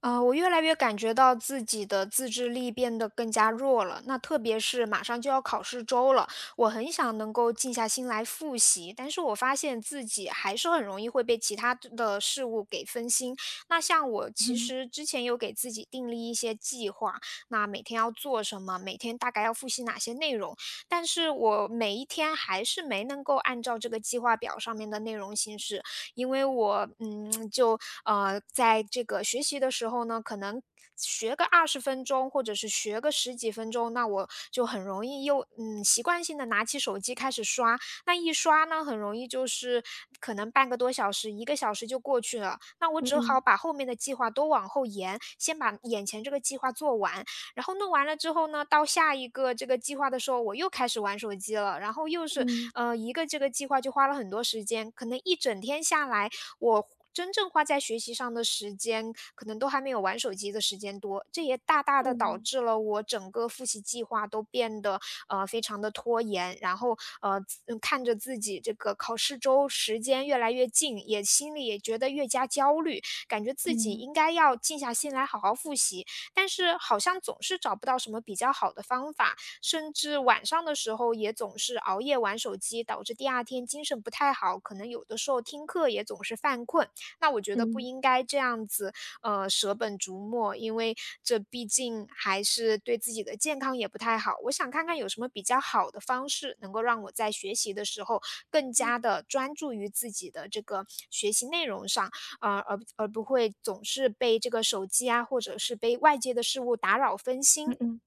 啊，我越来越感觉到自己的自制力变得更加弱了。那特别是马上就要考试周了，我很想能够静下心来复习，但是我发现自己还是很容易会被其他的事物给分心。那像我其嗯实之前有给自己订立一些计划，那每天要做什么，每天大概要复习哪些内容，但是我每一天还是没能够按照这个计划表上面的内容行事。因为我，就，在这个学习的时候呢，可能学个20分钟或者是学个十几分钟，那我就很容易又，习惯性的拿起手机开始刷。那一刷呢，很容易就是可能半个多小时、一个小时就过去了，那我只嗯好把后面的计划都往后延，先把眼前这个计划做完。然后弄完了之后呢，到下一个这个计划的时候，我又开始玩手机了，然后又是嗯一个这个计划就花了很多时间，可能一整天下来，我真正花在学习上的时间，可能都还没有玩手机的时间多。这也大大的导嗯致了我整个复习计划都变得非常的拖延，然后看着自己这个考试周时间越来越近，也心里也觉得越加焦虑，感觉自己嗯应该要静下心来好好复习，但是好像总是找不到什么比较好的方法，甚至晚上的时候也总是熬夜玩手机，导致第二天精神不太好，可能有的时候听课也总是犯困。那我觉得不嗯应该这样子，舍本逐末，因为这毕竟还是对自己的健康也不太好。我想看看有什么比较好的方式，能够让我在学习的时候更嗯加的专注于自己的这个学习内容上，啊，而不会总是被这个手机啊，或者是被外界的事物打扰分心。嗯嗯。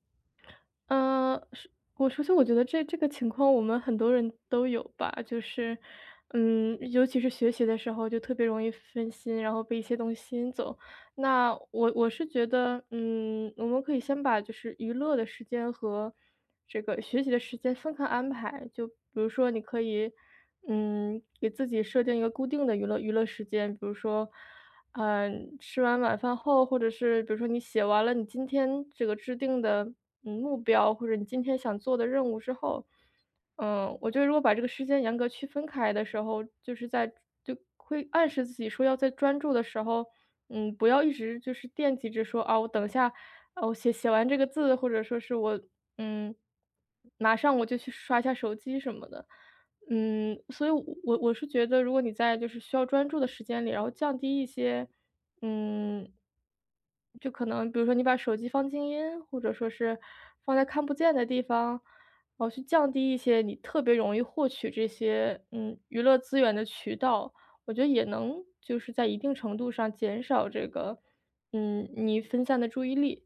是。我首先觉得这个情况我们很多人都有吧，就是，尤其是学习的时候就特别容易分心，然后被一些东西吸引走。那我是觉得，我们可以先把就是娱乐的时间和这个学习的时间分开安排。就比如说你可以，给自己设定一个固定的娱乐时间，比如说吃完晚饭后，或者是比如说你写完了你今天这个制定的，目标，或者你今天想做的任务之后，我觉得如果把这个时间严格区分开的时候，就是在就会暗示自己说要在专注的时候，不要一直就是惦记着说啊，我等下，啊，我写完这个字，或者说是我，嗯，马上我就去刷一下手机什么的。所以我是觉得，如果你在就是需要专注的时间里，然后降低一些，嗯，就可能比如说你把手机放静音，或者说是放在看不见的地方，然后去降低一些你特别容易获取这些娱乐资源的渠道，我觉得也能就是在一定程度上减少这个你分散的注意力。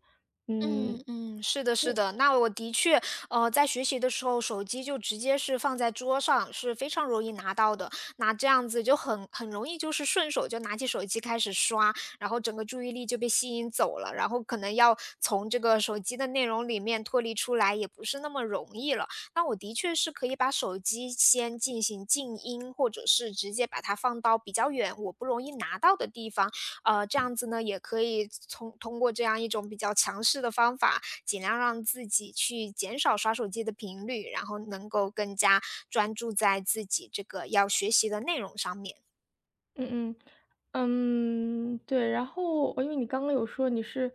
嗯嗯，嗯，是的，是的。那我的确，在学习的时候，手机就直接是放在桌上，是非常容易拿到的。那这样子就很容易，就是顺手就拿起手机开始刷，然后整个注意力就被吸引走了，然后可能要从这个手机的内容里面脱离出来，也不是那么容易了。那我的确是可以把手机先进行静音，或者是直接把它放到比较远，我不容易拿到的地方。这样子呢，也可以从通过这样一种比较强势的方法，尽量让自己去减少刷手机的频率，然后能够更加专注在自己这个要学习的内容上面。嗯嗯，嗯，对，然后因为你刚刚有说你是，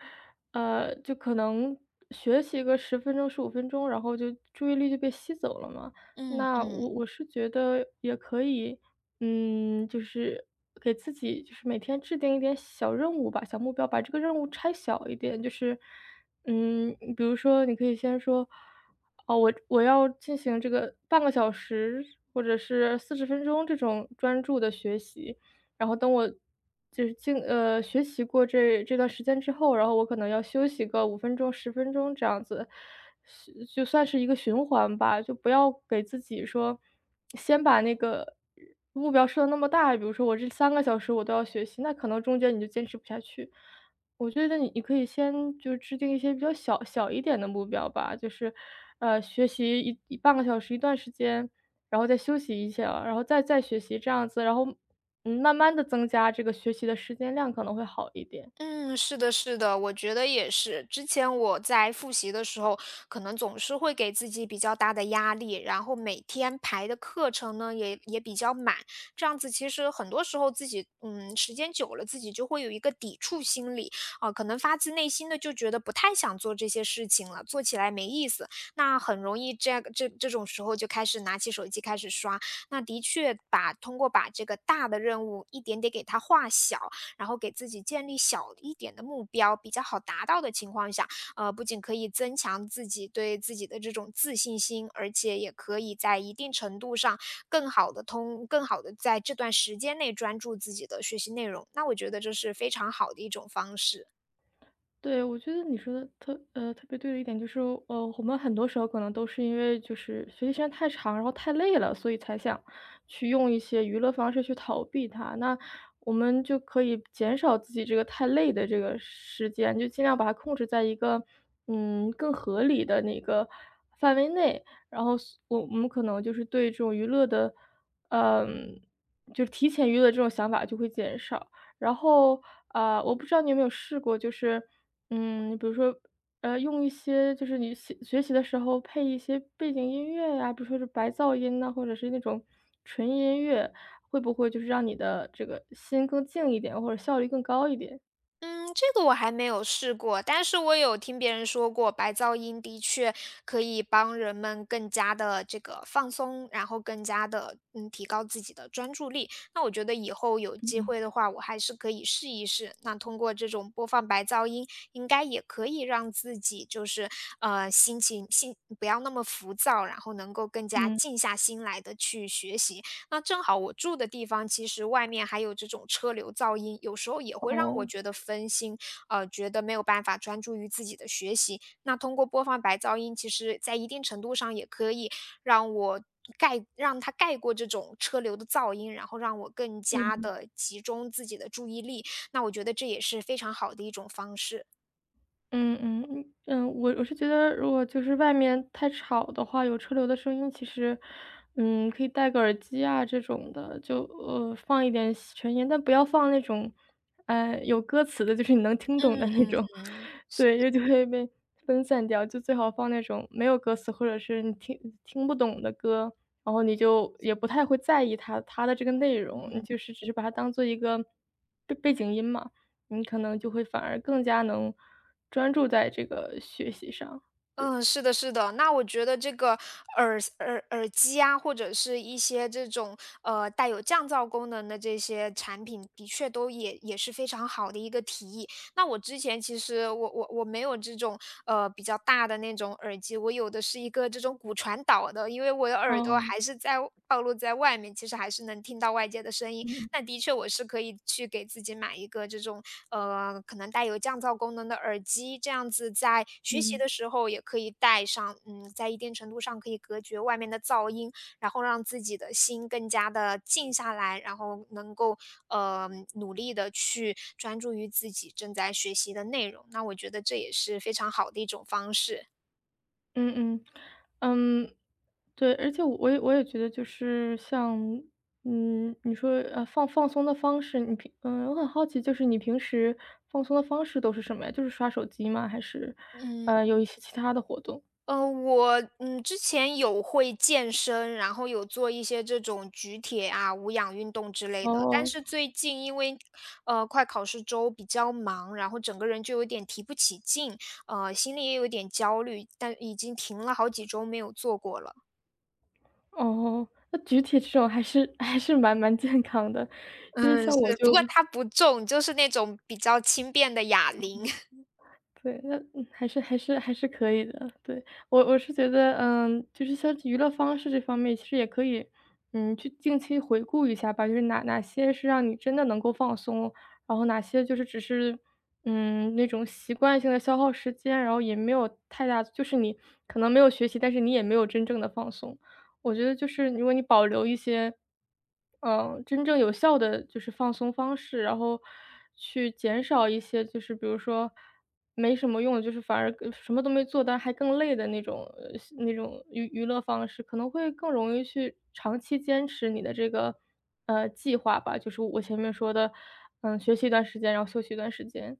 就可能学习个十分钟、15分钟，然后就注意力就被吸走了嘛。嗯那嗯。我是觉得也可以，就是给自己就是每天制定一点小任务吧，小目标，把这个任务拆小一点，就是，比如说你可以先说，哦，我要进行这个半个小时或者是40分钟这种专注的学习。然后等我就是学习过这段时间之后，然后我可能要休息个五分钟、十分钟这样子，是就算是一个循环吧。就不要给自己说，先把那个目标设的那么大，比如说我这3个小时我都要学习，那可能中间你就坚持不下去。我觉得你可以先就制定一些比较小一点的目标吧，就是，学习一半个小时、一段时间，然后再休息一下，然后再学习这样子，然后慢慢的增加这个学习的时间量可能会好一点。嗯，是的，是的，我觉得也是。之前我在复习的时候，可能总是会给自己比较大的压力，然后每天排的课程呢也比较满，这样子其实很多时候自己，时间久了自己就会有一个抵触心理啊，可能发自内心的就觉得不太想做这些事情了，做起来没意思。那很容易这样这这种时候就开始拿起手机开始刷，那的确把通过把这个大的任务一点点给它化小。然后给自己建立小一点的目标，比较好达到的情况下，不仅可以增强自己对自己的这种自信心，而且也可以在一定程度上更好的在这段时间内专注自己的学习内容。那我觉得这是非常好的一种方式。对，我觉得你说的特别对的一点就是，我们很多时候可能都是因为就是学习时间太长，然后太累了，所以才想去用一些娱乐方式去逃避它。那我们就可以减少自己这个太累的这个时间，就尽量把它控制在一个更合理的那个范围内。然后是我们可能就是对这种娱乐的，嗯，就是提前娱乐这种想法就会减少。然后啊，我不知道你有没有试过，就是，比如说，用一些就是你学习的时候配一些背景音乐呀，比如说是白噪音呐，或者是那种纯音乐，会不会就是让你的这个心更静一点，或者效率更高一点？嗯，这个我还没有试过，但是我有听别人说过，白噪音的确可以帮人们更加的这个放松，然后更加的提高自己的专注力。那我觉得以后有嗯机嗯。会的话，我还是可以试一试。那通过这种播放白噪音，应该也可以让自己就是心不要那么浮躁，然后能够更加嗯，静下心来的去学习。那正好我住的地方，其实外面还有这种车流噪音，有时候也会让哦。我觉得分心，觉得没有办法专注于自己的学习。那通过播放白噪音，其实在一定程度上也可以让我让它盖过这种车流的噪音，然后让我更加的集中自己的注意力。那我觉得这也是非常好的一种方式。嗯嗯嗯嗯，我是觉得，如果就是外面太吵的话，有车流的声音，其实，可以戴个耳机啊这种的，就放一点纯音，但不要放那种，有歌词的，就是你能听懂嗯的那嗯种，嗯，对，因为就会被分散掉。就最好放那种没有歌词，或者是你听不懂的歌，然后你就也不太会在意它的这个内容，你就是只是把它当做一个背景音嘛。你可能就会反而更加能专注在这个学习上。嗯，是的，是的。那我觉得这个耳机啊，或者是一些这种带有降噪功能的这些产品，的确都也是非常好的一个提议。那我之前其实我没有这种比较大的那种耳机，我有的是一个这种骨传导的，因为我的耳朵哦，还是在暴露在外面，其实还是能听到外界的声音。嗯那的确我是可以去给自己买一个这种，可能带有降噪功能的耳机，这样子在学习嗯的时候也可以戴上，嗯，在一定程度上可以隔绝外面的噪音，然后让自己的心更加的静下来，然后能够，呃，努力的去专注于自己正在学习的内容，那我觉得这也是非常好的一种方式。嗯嗯嗯，对，而且我也觉得就是像，你说放松的方式，你平嗯，我很好奇，就是你平时放松的方式都是什么呀？就是刷手机吗？还是嗯。有一些其他的活动？我之前有会健身，然后有做一些这种举铁啊、无氧运动之类的。但哦是最近因为，快考试周比较忙，然后整个人就有点提不起劲，心里也有点焦虑，但已经停了好几周没有做过了。哦，那举铁这种还是蛮健康的，因为嗯，像是，我就。不过它不重，就是那种比较轻便的哑铃。对，那还是可以的。对，我是觉得，就是像娱乐方式这方面，其实也可以，去定期回顾一下吧，就是哪些是让你真的能够放松，然后哪些就是只是，那种习惯性的消耗时间，然后也没有太大就是你可能没有学习，但是你也没有真正的放松。我觉得就是如果你保留一些，真正有效的就是放松方式，然后去减少一些就是比如说没什么用的，就是反而更什么都没做，但还更累的那种娱乐方式，可能会更容易去长期坚持你的这个，计划吧。就是我前面说的，学习一段时间，然后休息一段时间。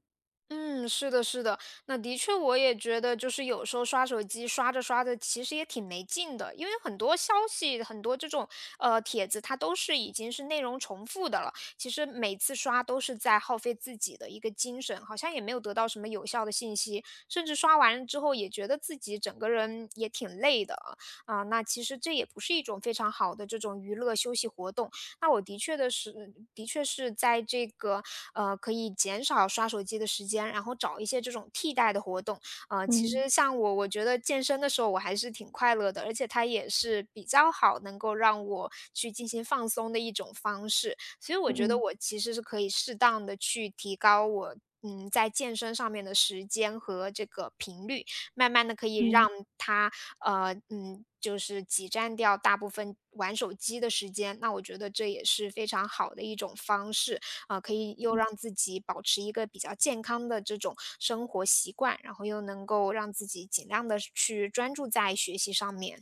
嗯，是的，是的，那的确，我也觉得，就是有时候刷手机刷着刷着，其实也挺没劲的，因为很多消息，很多这种帖子，它都是已经是内容重复的了。其实每次刷都是在耗费自己的一个精神，好像也没有得到什么有效的信息，甚至刷完了之后也觉得自己整个人也挺累的啊、那其实这也不是一种非常好的这种娱乐休息活动。那我的确是在这个，可以减少刷手机的时间，然后找一些这种替代的活动。其嗯。实像我觉得健身的时候我还是挺快乐的，而且它也是比较好能够让我去进行放松的一种方式。所以我觉得嗯。我其实是可以适当的去提高我，嗯，在健身上面的时间和这个频率，慢慢的可以让嗯嗯。它就是挤占掉大部分玩手机的时间，那我觉得这也是非常好的一种方式，啊，可以又让自己保持一个比较健康的这种生活习惯，然后又能够让自己尽量的去专注在学习上面，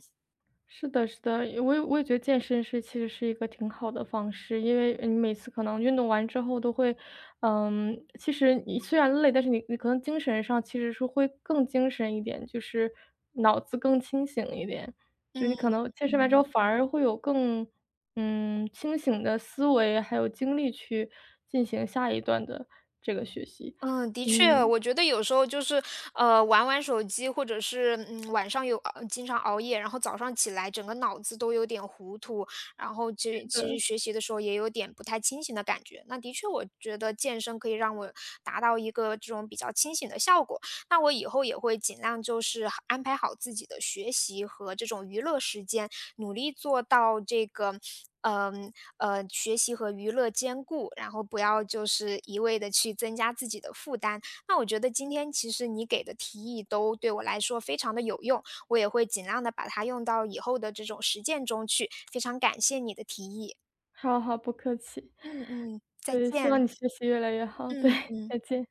是的，是的，我也觉得健身是其实是一个挺好的方式，因为你每次可能运动完之后都会，其实你虽然累，但是你可能精神上其实是会更精神一点，就是脑子更清醒一点，就你嗯。可能健身完之后嗯。反而会有更清醒的思维，还有精力去进行下一段的这个学习。嗯，的确，嗯，我觉得有时候就是，玩玩手机，或者是晚上有熬经常熬夜，然后早上起来整个脑子都有点糊涂，然后其是其实的，学习的时候也有点不太清醒的感觉。那的确，我觉得健身可以让我达到一个这种比较清醒的效果。那我以后也会尽量就是安排好自己的学习和这种娱乐时间，努力做到这个，嗯学习和娱乐兼顾，然后不要就是一味的去增加自己的负担。那我觉得今天其实你给的提议都对我来说非常的有用，我也会尽量的把它用到以后的这种实践中去。非常感谢你的提议，好好，不客气。嗯嗯，再对，希望见，你学习越来越好。对，嗯嗯。再见。